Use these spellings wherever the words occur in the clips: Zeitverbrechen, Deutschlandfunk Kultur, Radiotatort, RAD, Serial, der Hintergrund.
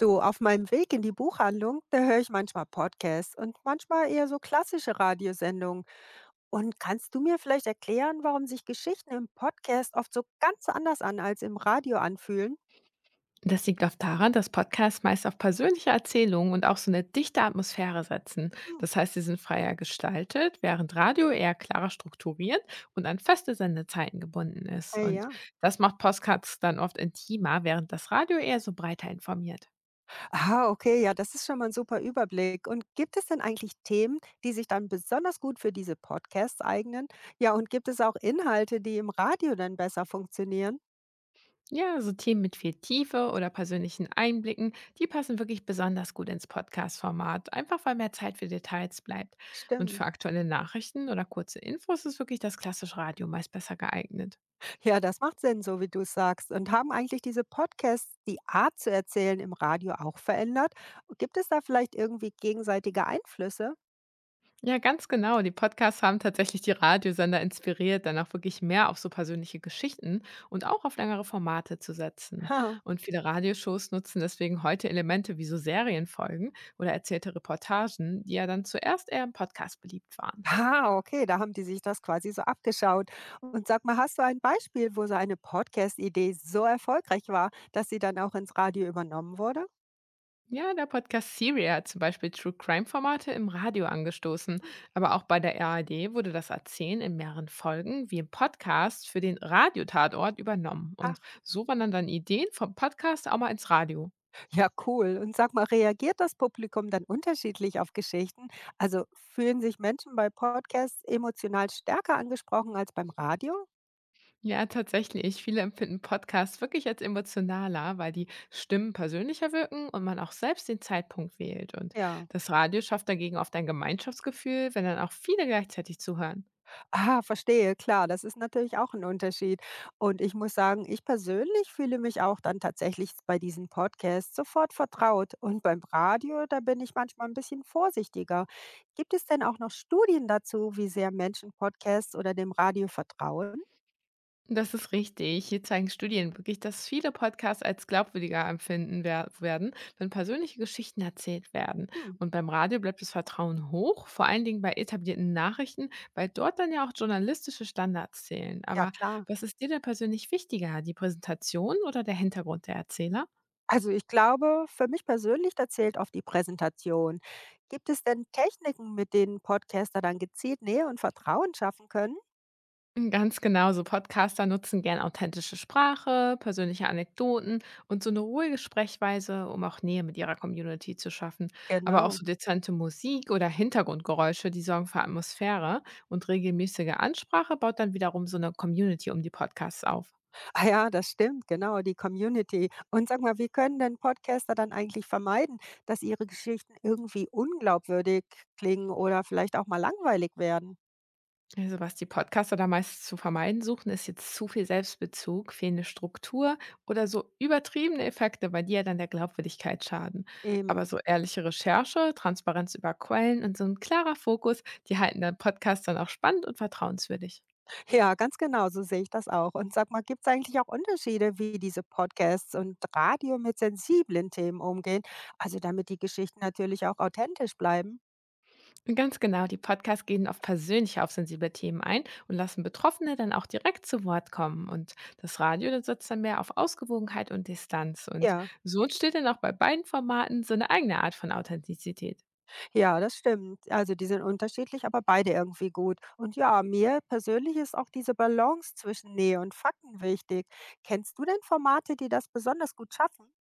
Du, auf meinem Weg in die Buchhandlung, da höre ich manchmal Podcasts und manchmal eher so klassische Radiosendungen. Und kannst du mir vielleicht erklären, warum sich Geschichten im Podcast oft so ganz anders an als im Radio anfühlen? Das liegt oft daran, dass Podcasts meist auf persönliche Erzählungen und auch so eine dichte Atmosphäre setzen. Hm. Das heißt, sie sind freier gestaltet, während Radio eher klarer strukturiert und an feste Sendezeiten gebunden ist. Ja, Und ja. das macht Podcasts dann oft intimer, während das Radio eher so breiter informiert. Ah, okay, ja, das ist schon mal ein super Überblick. Und gibt es denn eigentlich Themen, die sich dann besonders gut für diese Podcasts eignen? Ja, und gibt es auch Inhalte, die im Radio dann besser funktionieren? Ja, so Themen mit viel Tiefe oder persönlichen Einblicken, die passen wirklich besonders gut ins Podcast-Format, einfach weil mehr Zeit für Details bleibt. Und für Stimmt. aktuelle Nachrichten oder kurze Infos ist wirklich das klassische Radio meist besser geeignet. Ja, das macht Sinn, so wie du es sagst. Und haben eigentlich diese Podcasts die Art zu erzählen im Radio auch verändert? Gibt es da vielleicht irgendwie gegenseitige Einflüsse? Ja, ganz genau. Die Podcasts haben tatsächlich die Radiosender inspiriert, dann auch wirklich mehr auf so persönliche Geschichten und auch auf längere Formate zu setzen. Und viele Radioshows nutzen deswegen heute Elemente wie so Serienfolgen oder erzählte Reportagen, die ja dann zuerst eher im Podcast beliebt waren. Ha, ah, okay, da haben die sich das quasi so abgeschaut. Und sag mal, hast du ein Beispiel, wo so eine Podcast-Idee so erfolgreich war, dass sie dann auch ins Radio übernommen wurde? Ja, der Podcast Serial hat zum Beispiel True Crime-Formate im Radio angestoßen. Hm. Aber auch bei der RAD wurde das Erzählen in mehreren Folgen wie im Podcast für den Radiotatort übernommen. Und Ach. so wandern dann Ideen vom Podcast auch mal ins Radio. Ja, cool. Und sag mal, reagiert das Publikum dann unterschiedlich auf Geschichten? Also fühlen sich Menschen bei Podcasts emotional stärker angesprochen als beim Radio? Ja, tatsächlich. Viele empfinden Podcasts wirklich als emotionaler, weil die Stimmen persönlicher wirken und man auch selbst den Zeitpunkt wählt. Und Ja. das Radio schafft dagegen oft ein Gemeinschaftsgefühl, wenn dann auch viele gleichzeitig zuhören. Ah, verstehe, klar, das ist natürlich auch ein Unterschied. Und ich muss sagen, ich persönlich fühle mich auch dann tatsächlich bei diesen Podcasts sofort vertraut. Und beim Radio, da bin ich manchmal ein bisschen vorsichtiger. Gibt es denn auch noch Studien dazu, wie sehr Menschen Podcasts oder dem Radio vertrauen? Das ist richtig. Hier zeigen Studien wirklich, dass viele Podcasts als glaubwürdiger empfinden werden, wenn persönliche Geschichten erzählt werden. Hm, Und beim Radio bleibt das Vertrauen hoch, vor allen Dingen bei etablierten Nachrichten, weil dort dann ja auch journalistische Standards zählen. ja Aber klar. was ist dir denn persönlich wichtiger, die Präsentation oder der Hintergrund der Erzähler? Also, ich glaube, für mich persönlich, da zählt oft die Präsentation. Gibt es denn Techniken, mit denen Podcaster dann gezielt Nähe und Vertrauen schaffen können? Ganz genau, so Podcaster nutzen gern authentische Sprache, persönliche Anekdoten und so eine ruhige Sprechweise, um auch Nähe mit ihrer Community zu schaffen. Aber auch Genau. so dezente Musik oder Hintergrundgeräusche, die sorgen für Atmosphäre und regelmäßige Ansprache baut dann wiederum so eine Community um die Podcasts auf. Ah ja, das stimmt, genau, die Community. Und sag mal, wie können denn Podcaster dann eigentlich vermeiden, dass ihre Geschichten irgendwie unglaubwürdig klingen oder vielleicht auch mal langweilig werden? Also was die Podcaster da meist zu vermeiden suchen, ist jetzt zu viel Selbstbezug, fehlende Struktur oder so übertriebene Effekte, weil die ja dann der Glaubwürdigkeit schaden. Aber Eben. so ehrliche Recherche, Transparenz über Quellen und so ein klarer Fokus, die halten den Podcast dann auch spannend und vertrauenswürdig. Ja, ganz genau, so sehe ich das auch. Und sag mal, gibt es eigentlich auch Unterschiede, wie diese Podcasts und Radio mit sensiblen Themen umgehen? Also damit die Geschichten natürlich auch authentisch bleiben. Und ganz genau, die Podcasts gehen auf persönlich auf sensible Themen ein und lassen Betroffene dann auch direkt zu Wort kommen. Und das Radio, das setzt dann mehr auf Ausgewogenheit und Distanz. Und Ja. so entsteht dann auch bei beiden Formaten so eine eigene Art von Authentizität. Ja, das stimmt. Also die sind unterschiedlich, aber beide irgendwie gut. Und ja, mir persönlich ist auch diese Balance zwischen Nähe und Fakten wichtig. Kennst du denn Formate, die das besonders gut schaffen?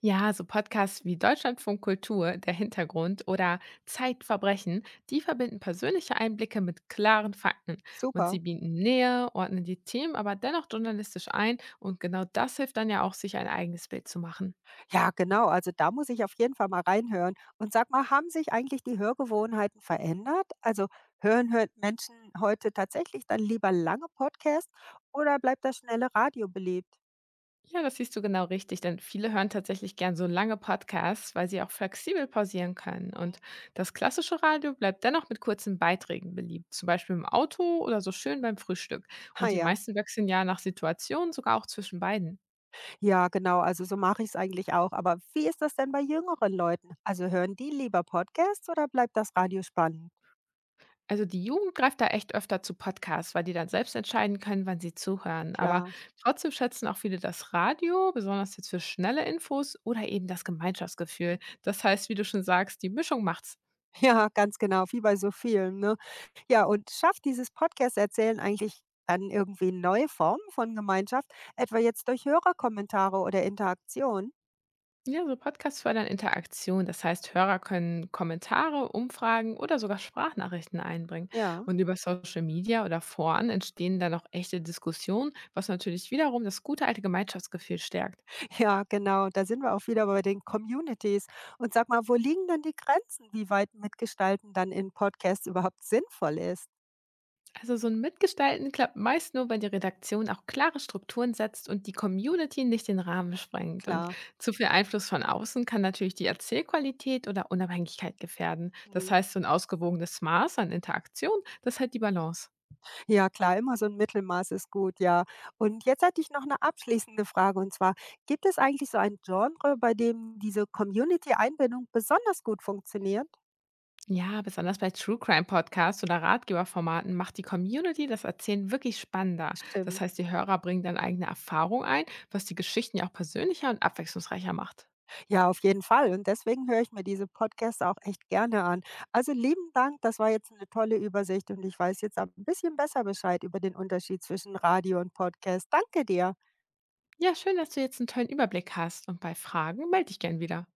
Ja, so Podcasts wie Deutschlandfunk Kultur, der Hintergrund oder Zeitverbrechen, die verbinden persönliche Einblicke mit klaren Fakten und Super. sie bieten Nähe, ordnen die Themen aber dennoch journalistisch ein und genau das hilft dann ja auch, sich ein eigenes Bild zu machen. Ja, genau. Also da muss ich auf jeden Fall mal reinhören. Und sag mal, haben sich eigentlich die Hörgewohnheiten verändert? Also hören Menschen heute tatsächlich dann lieber lange Podcasts oder bleibt das schnelle Radio beliebt? Ja, das siehst du genau richtig, denn viele hören tatsächlich gern so lange Podcasts, weil sie auch flexibel pausieren können. Und das klassische Radio bleibt dennoch mit kurzen Beiträgen beliebt, zum Beispiel im Auto oder so schön beim Frühstück. Und Ah die ja. meisten wechseln ja nach Situationen sogar auch zwischen beiden. Ja, genau, also so mache ich es eigentlich auch. Aber wie ist das denn bei jüngeren Leuten? Also hören die lieber Podcasts oder bleibt das Radio spannend? Also die Jugend greift da echt öfter zu Podcasts, weil die dann selbst entscheiden können, wann sie zuhören. Aber Klar. trotzdem schätzen auch viele das Radio, besonders jetzt für schnelle Infos oder eben das Gemeinschaftsgefühl. Mhm. Das heißt, wie du schon sagst, die Mischung macht's. Ja, ganz genau, wie bei so vielen, ne? Ja, und schafft dieses Podcast-Erzählen eigentlich dann irgendwie neue Formen von Gemeinschaft, etwa jetzt durch Hörerkommentare oder Interaktion? Ja, so Podcasts fördern Interaktion. Das heißt, Hörer können Kommentare, Umfragen oder sogar Sprachnachrichten einbringen. Ja, Und über Social Media oder Foren entstehen dann auch echte Diskussionen, was natürlich wiederum das gute alte Gemeinschaftsgefühl stärkt. ja, genau. Da sind wir auch wieder bei den Communities. Und sag mal, wo liegen denn die Grenzen, wie weit Mitgestalten dann in Podcasts überhaupt sinnvoll ist? Also so ein Mitgestalten klappt meist nur, wenn die Redaktion auch klare Strukturen setzt und die Community nicht den Rahmen sprengt. Und Klar. zu viel Einfluss von außen kann natürlich die Erzählqualität oder Unabhängigkeit gefährden. Das Mhm. heißt, so ein ausgewogenes Maß an Interaktion, das hält die Balance. Ja klar, immer so ein Mittelmaß ist gut, ja. Und jetzt hatte ich noch eine abschließende Frage, und zwar, gibt es eigentlich so ein Genre, bei dem diese Community-Einbindung besonders gut funktioniert? Ja, besonders bei True Crime Podcasts oder Ratgeberformaten macht die Community das Erzählen wirklich spannender. Das Stimmt. heißt, die Hörer bringen dann eigene Erfahrung ein, was die Geschichten ja auch persönlicher und abwechslungsreicher macht. Ja, auf jeden Fall, und deswegen höre ich mir diese Podcasts auch echt gerne an. Also lieben Dank, das war jetzt eine tolle Übersicht und ich weiß jetzt auch 'n bisschen besser Bescheid über den Unterschied zwischen Radio und Podcast. Danke dir. Ja, schön, dass du jetzt einen tollen Überblick hast und bei Fragen melde dich gern wieder.